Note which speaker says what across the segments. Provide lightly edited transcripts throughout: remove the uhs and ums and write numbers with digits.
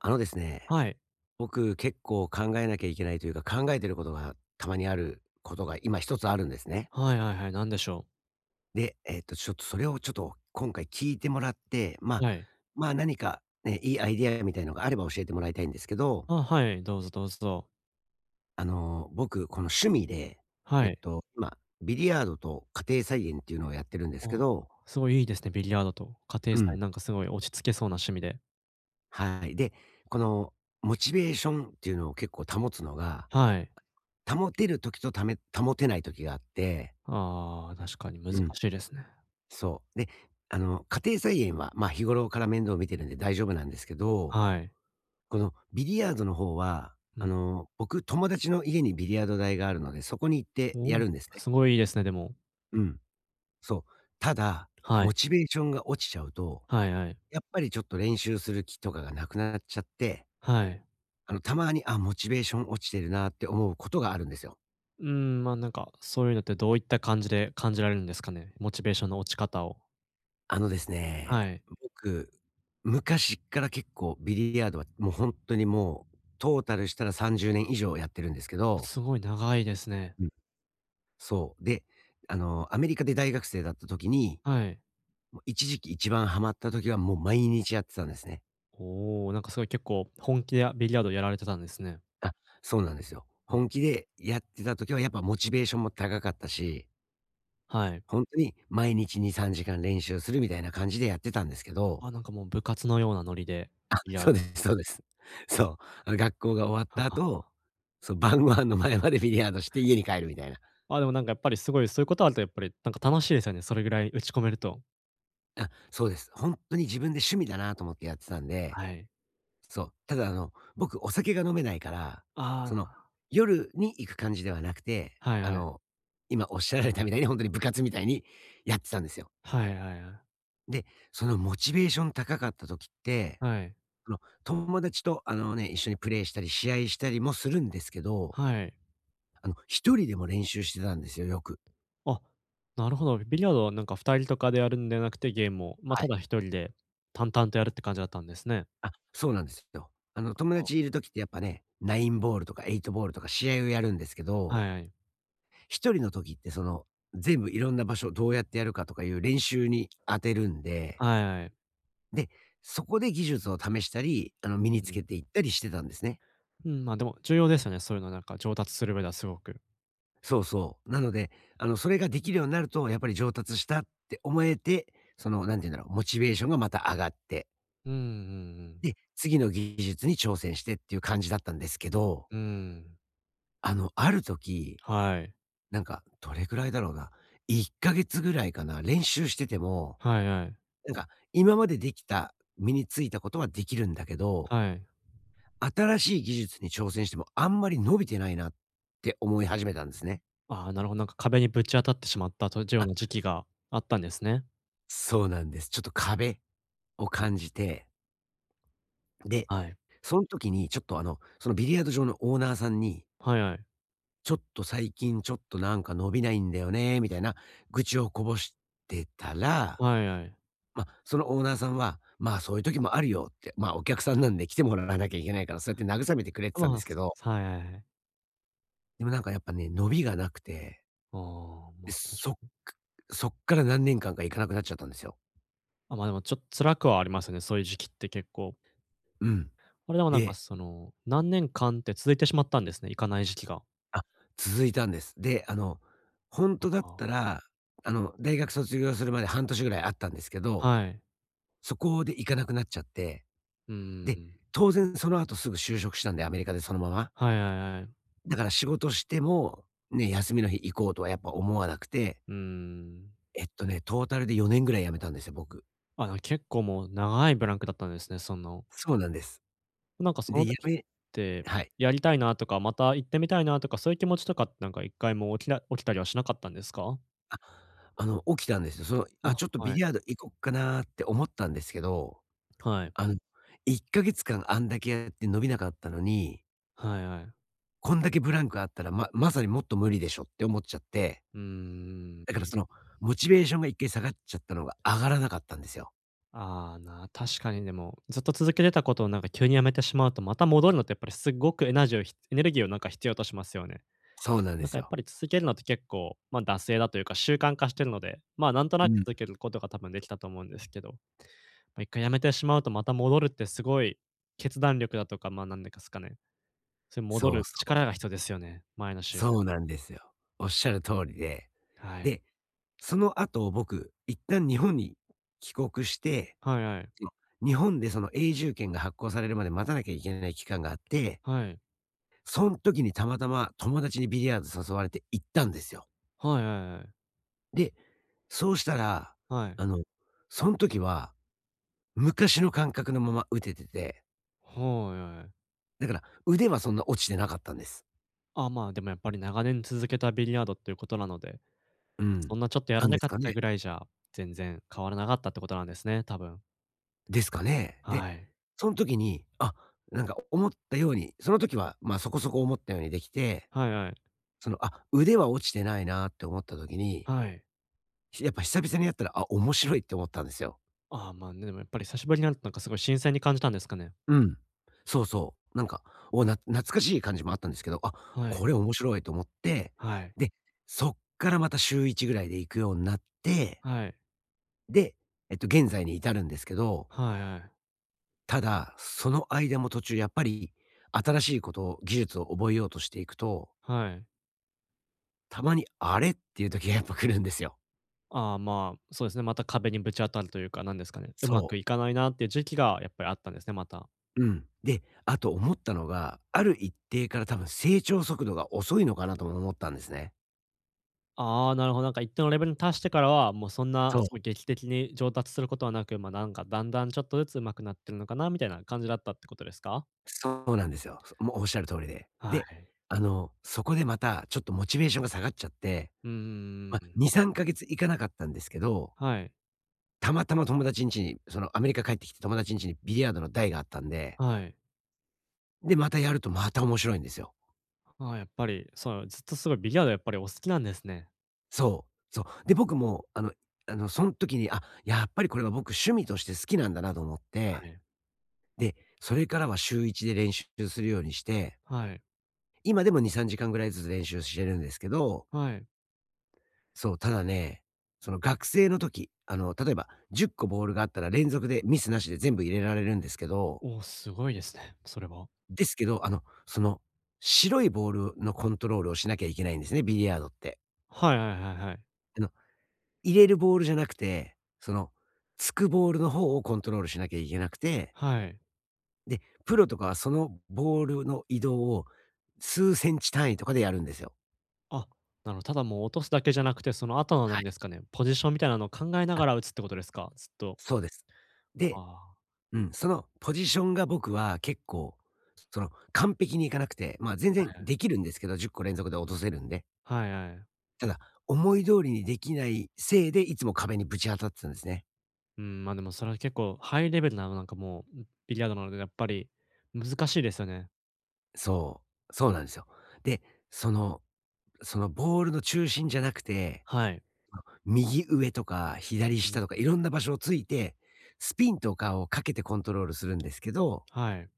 Speaker 1: あのですね、
Speaker 2: はい。
Speaker 1: 僕結構考えなきゃいけないというか、考えてることがたまにあることが今一つあるんですね。
Speaker 2: はいはいはい、なんでしょう。
Speaker 1: で、ちょっとそれをちょっと今回聞いてもらって、まあ、
Speaker 2: はい。
Speaker 1: まあ何かね、いいアイデアみたいのがあれば教えてもらいたいんですけど、
Speaker 2: あ、はい、どうぞどうぞ。
Speaker 1: あの、僕、この趣味で、
Speaker 2: はい。
Speaker 1: 今、ビリヤードと家庭菜園っていうのをやってるんですけ
Speaker 2: あ、
Speaker 1: ど、
Speaker 2: すごいいいですね、ビリヤードと。家庭
Speaker 1: う
Speaker 2: 菜
Speaker 1: ん。
Speaker 2: なんかすごい落ち着けそうな趣味で。
Speaker 1: はい。で、このモチベーションっていうのを結構保つのが、
Speaker 2: はい。
Speaker 1: 保てる時と、保てない時があって、
Speaker 2: ああ、確かに難
Speaker 1: うん。
Speaker 2: しいですね。
Speaker 1: そう。で、あの、家庭菜園は、まあ、日頃から面倒を見てるんで大丈夫なんですけど、
Speaker 2: はい。
Speaker 1: このビリヤードの方は、
Speaker 2: う
Speaker 1: あ
Speaker 2: ん。
Speaker 1: の、僕、友達の家にビリヤード台があるので、そこに行って
Speaker 2: お
Speaker 1: や
Speaker 2: お、
Speaker 1: るんですね。
Speaker 2: すごいいいですね、でも。
Speaker 1: うん。そう。ただ、
Speaker 2: は
Speaker 1: モ
Speaker 2: い。
Speaker 1: チベーションが落ちちゃうと、
Speaker 2: はいはい。
Speaker 1: やっぱりちょっと練習する気とかがなくなっちゃって、
Speaker 2: はい。
Speaker 1: あの、たまに、あ、モチベーション落ちてるなって思うことがあるんですよ。
Speaker 2: うーん、ま、なんか、そういうのってどういった感じで感じられるんですかね？モチベーションの落ち方を。
Speaker 1: あのですね、
Speaker 2: はい。
Speaker 1: 僕、昔から結構ビリヤードはもう本当にもう、トータルしたら30年以上やってるんですけど、
Speaker 2: すごい長いですね。
Speaker 1: うん。そう、で、あの、アメリカで大学生だった時に、
Speaker 2: はい。
Speaker 1: もう一時期一番ハマった時はもう毎日やってたんですね。
Speaker 2: おお、なんかすごい結構本気でビリヤードやられてたんですね。
Speaker 1: あ、そうなんですよ。
Speaker 2: うん、
Speaker 1: 本気でやってた時はやっぱモチベーションも高かったし、
Speaker 2: はい。
Speaker 1: 本当に毎日2、3時間練習するみたいな感じでやってたんですけど、
Speaker 2: あ、なんかもう部活のようなノリで、ビリ ヤー
Speaker 1: そう
Speaker 2: ド。
Speaker 1: ですそうです。そう。学校が終わっ
Speaker 2: は
Speaker 1: た
Speaker 2: あ。
Speaker 1: 後、そう、晩ご飯の前までビリヤードして家に帰るみたいな。
Speaker 2: あ、でもなんかやっぱりすごいそういうことあるとやっぱりなんか楽しいですよね、それぐらい打ち込めると。
Speaker 1: あ、そうです。ほんとに自分で趣味だなと思ってやってたんで、
Speaker 2: はい。
Speaker 1: そう。ただ、あの、僕お酒が飲めないから、その、
Speaker 2: あ
Speaker 1: 夜に行く感じではなくて、
Speaker 2: あ、はい
Speaker 1: あ
Speaker 2: はい。
Speaker 1: の、今おっしゃられたみたいにほんとに部活みたいにやってたんですよ。
Speaker 2: はいはいはい。
Speaker 1: で、そのモチベーション高かった時って、
Speaker 2: はい。
Speaker 1: あの、友達と、あのね、一緒にプレイしたり試合したりもするんですけど、
Speaker 2: はい。
Speaker 1: あの、一人でも練習してたんですよ、よく。
Speaker 2: あ、なるほど。ビリヤードはなんか2人とかでやるんではなくて、ゲームを、ま、
Speaker 1: は
Speaker 2: た
Speaker 1: い。
Speaker 2: だ1人で淡々とやるって感じだったんですね。
Speaker 1: あ、そうなんですよ。あの、友
Speaker 2: あ、
Speaker 1: 達いる時ってやっぱね、ナインボールとかエイトボールとか試合をやるんですけど、
Speaker 2: はいはい。
Speaker 1: 一人の時ってその、全部いろんな場所どうやってやるかとかいう練習に当てるんで、
Speaker 2: はいはい。
Speaker 1: で、そこで技術を試したり、あの、身につ
Speaker 2: うん。
Speaker 1: けていったりしてたんですね。
Speaker 2: うん、ま、でも重要ですよね、そういうのなんか上達する上ではすごく。
Speaker 1: そうそう。なので、あの、それができるようになると、やっぱり上達したって思えて、その、なんて言うんだろう、モチベーションがまた上がって、
Speaker 2: うんうんうん。
Speaker 1: で、次の技術に挑戦してっていう感じだったんですけど、
Speaker 2: うーん。
Speaker 1: あの、ある時、
Speaker 2: はい。
Speaker 1: なんか、どれくらいだろうな、1ヶ月ぐらいかな、練習してても、
Speaker 2: はいはい。
Speaker 1: なんか、今までできた、身についたことはできるんだけど、
Speaker 2: はい。
Speaker 1: 新しい技術に挑戦してもあんまり伸びてないなって思い始めたんですね。
Speaker 2: ああ、なるほど、なんか壁にぶち当たってしまったというよう
Speaker 1: あ、
Speaker 2: な時期があったんですね。
Speaker 1: そうなんです。ちょっと壁を
Speaker 2: うん、
Speaker 1: 感じて、で、
Speaker 2: はい。
Speaker 1: その時にちょっとあの、そのビリヤード場のオーナーさんに、
Speaker 2: はいはい。
Speaker 1: ちょっと最近ちょっとなんか伸びないんだよね、みたいな愚痴をこぼしてたら、
Speaker 2: はいはい。
Speaker 1: まあ、そのオーナーさんは、まあ、そういう時もあるよって、まあ、お客さんなんで来てもらわなきゃいけないから、そうやって慰めてくれ
Speaker 2: あ、
Speaker 1: てたん
Speaker 2: ま
Speaker 1: で
Speaker 2: あ、
Speaker 1: すけ
Speaker 2: す
Speaker 1: ど、
Speaker 2: はいはいはい。
Speaker 1: でもなんかやっぱね、伸びがなくて、
Speaker 2: ああ、ま
Speaker 1: で、
Speaker 2: あ、確か
Speaker 1: かそっから何年間か行かなくなっちゃったんですよ。
Speaker 2: あ、まあ、でもちょっと辛くはありますよね、そういう時期って結構。
Speaker 1: うん。
Speaker 2: あれでもなんか
Speaker 1: で、
Speaker 2: その、何年間って続いてしまったんですね、行かない時期が。
Speaker 1: あ、続いたんです。で、あの、本
Speaker 2: あ、
Speaker 1: 当だっ
Speaker 2: あ、
Speaker 1: たら、あの、大学卒業するまで半年ぐらいあったんですけど、
Speaker 2: はい。
Speaker 1: そこで行かなくなっちゃって、
Speaker 2: うんうんう
Speaker 1: で、
Speaker 2: ん。
Speaker 1: 当然その後すぐ就職したんで、アメリカでそのまま。
Speaker 2: はいはいはい。
Speaker 1: だから仕事しても、ね、休みの日行こうとはやっぱ思わなくて、
Speaker 2: うーん。
Speaker 1: トータルで4年ぐらい辞めたんですよ、僕。
Speaker 2: あ、なんか結構もう長いブランクだったんですね、その、
Speaker 1: そうなんです。
Speaker 2: なんかそ
Speaker 1: で、
Speaker 2: の時って、
Speaker 1: はい。
Speaker 2: やりたいなとか、また行ってみたいなとか、そういう気持ちとかってなんか一回も起きたりはしなかったんですか？
Speaker 1: あ、あの、起きたんですよ。その、あ、
Speaker 2: あ、
Speaker 1: ちょっと
Speaker 2: は
Speaker 1: ビ
Speaker 2: い。
Speaker 1: リヤード行こっかなって思ったんですけど、
Speaker 2: はい。
Speaker 1: あの、1ヶ月間あんだけやって伸びなかったのに、
Speaker 2: はいはい。
Speaker 1: こんだけブランクあったら、まさにもっと無理でしょって思っちゃって、
Speaker 2: うーん。
Speaker 1: だからその、モチベーションが1回下がっちゃったのが上がらなかったんですよ。
Speaker 2: ああ、確かにでも、ずっと続けてたことをなんか急にやめてしまうと、また戻るのってやっぱりすごくエネルギーをなんか必要としますよね。
Speaker 1: そうなん
Speaker 2: な
Speaker 1: で
Speaker 2: んか
Speaker 1: す
Speaker 2: やっ
Speaker 1: よ。
Speaker 2: ぱり続けるのって結構、まあ、惰性だというか習慣化してるので、まあ、なんとな
Speaker 1: う
Speaker 2: く
Speaker 1: ん。
Speaker 2: 続けることが多分できたと思うんですけど、まあ、一回やめてしまうとまた戻るってすごい決断力だとか、ま、なんですかね、それ戻
Speaker 1: そう
Speaker 2: る
Speaker 1: そ
Speaker 2: 力
Speaker 1: う。
Speaker 2: が必要ですよね。前の週
Speaker 1: そうなんですよ。おっしゃる通りで。
Speaker 2: はい。
Speaker 1: で、その後、僕、一旦日本に帰国して、
Speaker 2: はいはい。
Speaker 1: その、日本でその永住権が発行されるまで待たなきゃいけない期間があって、
Speaker 2: はい。
Speaker 1: そん時にたまたま友達にビリヤード誘われて行ったんですよ。
Speaker 2: はいはいはい。
Speaker 1: で、そうしたら、
Speaker 2: はい。
Speaker 1: あの、そん時は昔の感覚のまま打ててて、
Speaker 2: はいはい。
Speaker 1: だから腕はそんな落ちてなかったんです。
Speaker 2: あ、まあ、でもやっぱり長年続けたビリヤードっていうことなので、
Speaker 1: う
Speaker 2: そん
Speaker 1: ん。
Speaker 2: なちょっとや
Speaker 1: な
Speaker 2: ら
Speaker 1: ん
Speaker 2: な
Speaker 1: です
Speaker 2: かっ
Speaker 1: かね。
Speaker 2: たぐらいじゃ、全然変わらなかったってことなんですね、多分。
Speaker 1: ですかね。で、
Speaker 2: はい。
Speaker 1: そん時に、あ、なんか思ったように、その時は、ま、そこそこ思ったようにできて、
Speaker 2: はいはい。
Speaker 1: その、あ、腕は落ちてないなって思った時に、
Speaker 2: はい。
Speaker 1: やっぱ久々にやったら、あ、面白いって思ったんですよ。
Speaker 2: ああ、まあ、ね、でもやっぱり久しぶりになるとなんかすごい新鮮に感じたんですかね。
Speaker 1: うん。そうそう。なんか、懐かしい感じもあったんですけど、あ、
Speaker 2: はい。
Speaker 1: これ面白いと思って、
Speaker 2: はい。
Speaker 1: で、そっからまた週1ぐらいで行くようになって、
Speaker 2: はい。
Speaker 1: で、現在に至るんですけど、
Speaker 2: はいはい。
Speaker 1: ただ、その間も途中やっぱり新しいことを技術を覚えようとしていくと、
Speaker 2: はい。
Speaker 1: たまにあれっていう時がやっぱ来るんですよ。
Speaker 2: ああ、まあ、そうですね、また壁にぶち当たるというか、なんですかね、うま
Speaker 1: そう。
Speaker 2: くいかないなっていう時期がやっぱりあったんですね、また。
Speaker 1: うん。で、あと思ったのが、ある一定から多分成長速度が遅いのかなとも思ったんですね。
Speaker 2: ああ、なるほど。なんか一定のレベルに達してからは、もうそんな
Speaker 1: そう。
Speaker 2: すごい劇的に上達することはなく、ま、なんかだんだんちょっとずつ上手くなってるのかなみたいな感じだったってことですか？
Speaker 1: そうなんですよ。もうおっしゃる通りで。
Speaker 2: は
Speaker 1: で、
Speaker 2: い。
Speaker 1: あの、そこでまたちょっとモチベーションが下がっちゃって、
Speaker 2: うんうん
Speaker 1: ま、
Speaker 2: うん
Speaker 1: 2、
Speaker 2: あ、
Speaker 1: 3ヶ月行かなかったんですけど、
Speaker 2: はい。
Speaker 1: たまたま友達ん家に、そのアメリカ帰ってきて友達ん家にビリヤードの台があったんで、
Speaker 2: はい。
Speaker 1: で、またやるとまた面白いんですよ。
Speaker 2: ああ、やっぱり、そう、ずっとすごいビリヤードやっぱりお好きなんですね。
Speaker 1: そう、そう。で、僕もあの、そん時に、あ、やっぱりこれは僕趣味として好きなんだなと思っ
Speaker 2: は
Speaker 1: て、
Speaker 2: い。
Speaker 1: で、それからは週1で練習するようにして、
Speaker 2: はい。
Speaker 1: 今でも2、3時間ぐらいずつ練習してるんですけど、
Speaker 2: はい。
Speaker 1: そう、ただね、その学生の時、あの、例えば10個ボールがあったら連続でミスなしで全部入れられるんですけど、
Speaker 2: おお、すごいですね、それは。
Speaker 1: ですけど、あの、その、白いボールのコントロールをしなきゃいけないんですね、ビリヤードって。
Speaker 2: はいはいはいはい。
Speaker 1: あの、入れるボールじゃなくて、その、つくボールの方をコントロールしなきゃいけなくて、
Speaker 2: はい。
Speaker 1: で、プロとかはそのボールの移動を数センチ単位とかでやるんですよ。
Speaker 2: あ、なるほど。ただもう落とすだけじゃなくて、その後のな
Speaker 1: は
Speaker 2: んで
Speaker 1: い。
Speaker 2: すかね、ポジションみたいなのを考えながら打つってことですか？ずっと。
Speaker 1: そうです。
Speaker 2: あ
Speaker 1: で、
Speaker 2: あ、
Speaker 1: うん、そのポジションが僕は結構、その完璧にいかなくて、まあ全然できるんですけど、10個連続で落とせるんで。
Speaker 2: はいはいはい。
Speaker 1: ただ、思い通りにできないせいで、いつも壁にぶち当たってたんですね。
Speaker 2: うん、まあ、でもそれは結構ハイレベルな、なんかもう、ビリヤードなので、やっぱり難しいですよね。
Speaker 1: そう、そうなんですよ。で、その、そのボールの中心じゃなくて、
Speaker 2: はい。
Speaker 1: 右上とか左
Speaker 2: うん、
Speaker 1: 下とかいろんな場所をついて、スピンとかをかけてコントロールするんですけど、
Speaker 2: はい。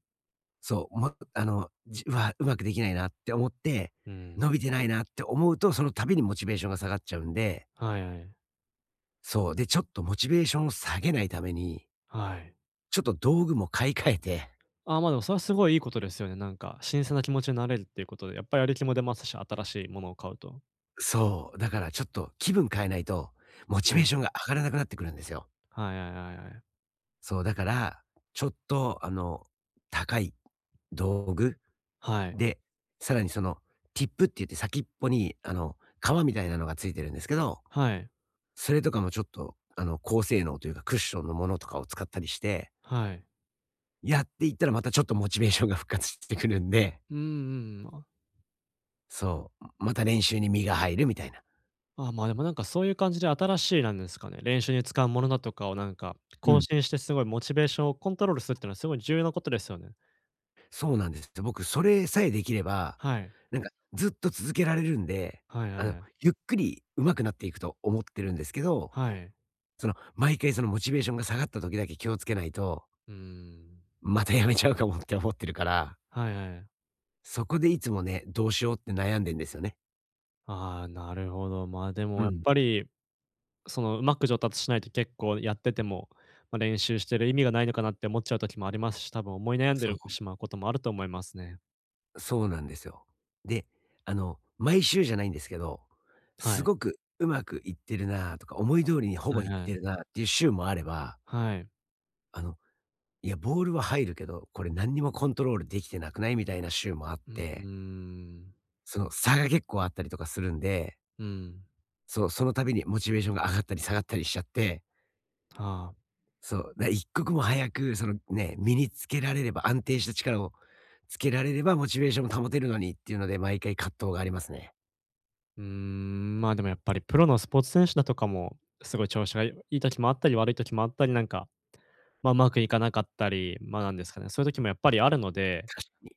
Speaker 1: そう、もあの、じうわ、うまくできないなって思って、
Speaker 2: うん。
Speaker 1: 伸びてないなって思うと、その度にモチベーションが下がっちゃうんで、
Speaker 2: はいはい。
Speaker 1: そう、で、ちょっとモチベーションを下げないために、
Speaker 2: はい。
Speaker 1: ちょっと道具も買い替えて、
Speaker 2: ああ、ま、でもそれはすごいいいことですよね。なんか新鮮な気持ちになれるっていうことで、やっぱりやる気も出ますし、新しいものを買うと。
Speaker 1: そう、だからちょっと気分変えないと、モチ
Speaker 2: は
Speaker 1: ベ
Speaker 2: い。
Speaker 1: ーションが上がらなくなってくるんですよ。
Speaker 2: はいはいはいはい。
Speaker 1: そう、だから、ちょっと、あの、高い道具
Speaker 2: はい。
Speaker 1: で、さらに、ティップって言って先っぽに、革みたいなのがついてるんですけど、
Speaker 2: はい。
Speaker 1: それとかもちょっと、高性能というかクッションのものとかを使ったりして、
Speaker 2: はい。
Speaker 1: やっていったらまたちょっとモチベーションが復活してくるんで、
Speaker 2: うんうんうん。
Speaker 1: そう、また練習に身が入るみたいな。
Speaker 2: あ、あ、まあ、でもなんかそういう感じで新しいなんですかね、練習に使うものだとかをなんか、
Speaker 1: う
Speaker 2: 更
Speaker 1: ん、
Speaker 2: 新してすごいモチベーションをコントロールするっていうのはすごい重要なことですよね。
Speaker 1: そうなんですよ。僕それさえできれば、
Speaker 2: はい。
Speaker 1: なんかずっと続けられるんで、
Speaker 2: はいはいはい。
Speaker 1: ゆっくり上手くなっていくと思ってるんですけど、
Speaker 2: はい。
Speaker 1: その、毎回そのモチベーションが下がった時だけ気をつけないと、
Speaker 2: うーん。
Speaker 1: またやめちゃうかもって思ってるから、
Speaker 2: はいはい。
Speaker 1: そこでいつもね、どうしようって悩んでんですよね。
Speaker 2: ああ、なるほど。まあ、でも
Speaker 1: う
Speaker 2: やっ
Speaker 1: ん。
Speaker 2: ぱり、その、うまく上達しないと結構やってても、まあ、練習してる意味がないのかなって思っちゃう時もありますし、多分思い悩んで
Speaker 1: そ
Speaker 2: る
Speaker 1: う。
Speaker 2: しまうこともあると思いますね。
Speaker 1: そうなんですよ。で、毎週じゃないんですけど、
Speaker 2: は
Speaker 1: す
Speaker 2: い。
Speaker 1: ごくうまくいってるなとか、思い通りにほ
Speaker 2: は
Speaker 1: ぼ
Speaker 2: い
Speaker 1: いっ
Speaker 2: は
Speaker 1: てる
Speaker 2: い。
Speaker 1: なっていう週もあれば、
Speaker 2: はい。
Speaker 1: あの、いや、ボールは入るけど、これ何にもコントロールできてなくないみたいな週もあっ
Speaker 2: うん、うー
Speaker 1: て、
Speaker 2: ん。
Speaker 1: その差が結構あったりとかするんで、
Speaker 2: うん。
Speaker 1: そう、その度にモチベーションが上がったり下がったりしちゃって、
Speaker 2: ああ。
Speaker 1: そう、だ一刻も早く、そのね、身につけられれば、安定した力をつけられれば、モチベーションも保てるのにっていうので、毎回葛藤がありますね。
Speaker 2: うーん、まあ、でもやっぱりプロのスポーツ選手だとかも、すごい調子がいいい時もあったり、悪い時もあったり、なんか、ま、うまくいかなかったり、ま、なんですかね、そういう時もやっぱりあるので、
Speaker 1: 確かに。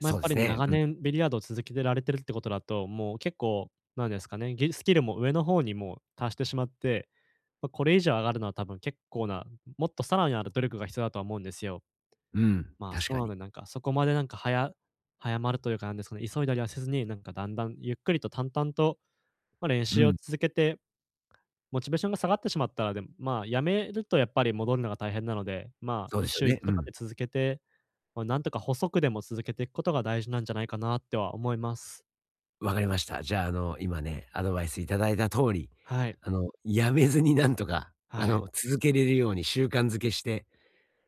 Speaker 2: まあ、やっ
Speaker 1: うで
Speaker 2: ぱ
Speaker 1: す
Speaker 2: り
Speaker 1: ね。
Speaker 2: 長
Speaker 1: うん。
Speaker 2: 年ビリヤードを続けてられてるってことだと、もう結構、なんですかね、スキルも上の方にもう達してしまって、ま、これ以上上がるのは多分結構な、もっとさらなる努力が必要だとは思うんですよ。
Speaker 1: うん。
Speaker 2: まあ、そ
Speaker 1: 確
Speaker 2: う
Speaker 1: か
Speaker 2: な
Speaker 1: に。
Speaker 2: ので、なんかそこまでなんか早まるというかなんですかね、急いだりはせずに、なんかだんだんゆっくりと淡々と、ま、練
Speaker 1: う
Speaker 2: 習を
Speaker 1: ん。
Speaker 2: 続けて、モチベーションが下がってしまったら、でも、まあ、やめるとやっぱり戻るのが大変なので、まあ、
Speaker 1: そう
Speaker 2: 一
Speaker 1: ですよ
Speaker 2: 週
Speaker 1: ね。
Speaker 2: 1
Speaker 1: う
Speaker 2: とか
Speaker 1: ん。
Speaker 2: で続けて、ま、なんとか細くでも続けていくことが大事なんじゃないかなっては思います。
Speaker 1: わかりました。じゃあ、今ね、アドバイスいただいた通り、
Speaker 2: はい。
Speaker 1: やめずになんとか、
Speaker 2: はい
Speaker 1: 続けれるように習慣づけして、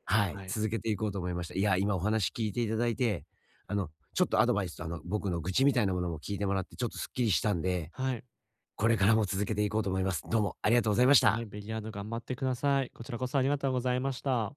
Speaker 1: はい、
Speaker 2: はい。
Speaker 1: 続けていこうと思いました。いや、今お話聞いていただいて、ちょっとアドバイスと、僕の愚痴みたいなものも聞いてもらって、ちょっとすっきりしたんで、
Speaker 2: はい。
Speaker 1: これからも続けていこうと思います。どうもありがとうございまし
Speaker 2: はい、
Speaker 1: た。
Speaker 2: ビリヤード頑張ってください。こちらこそありがとうございました。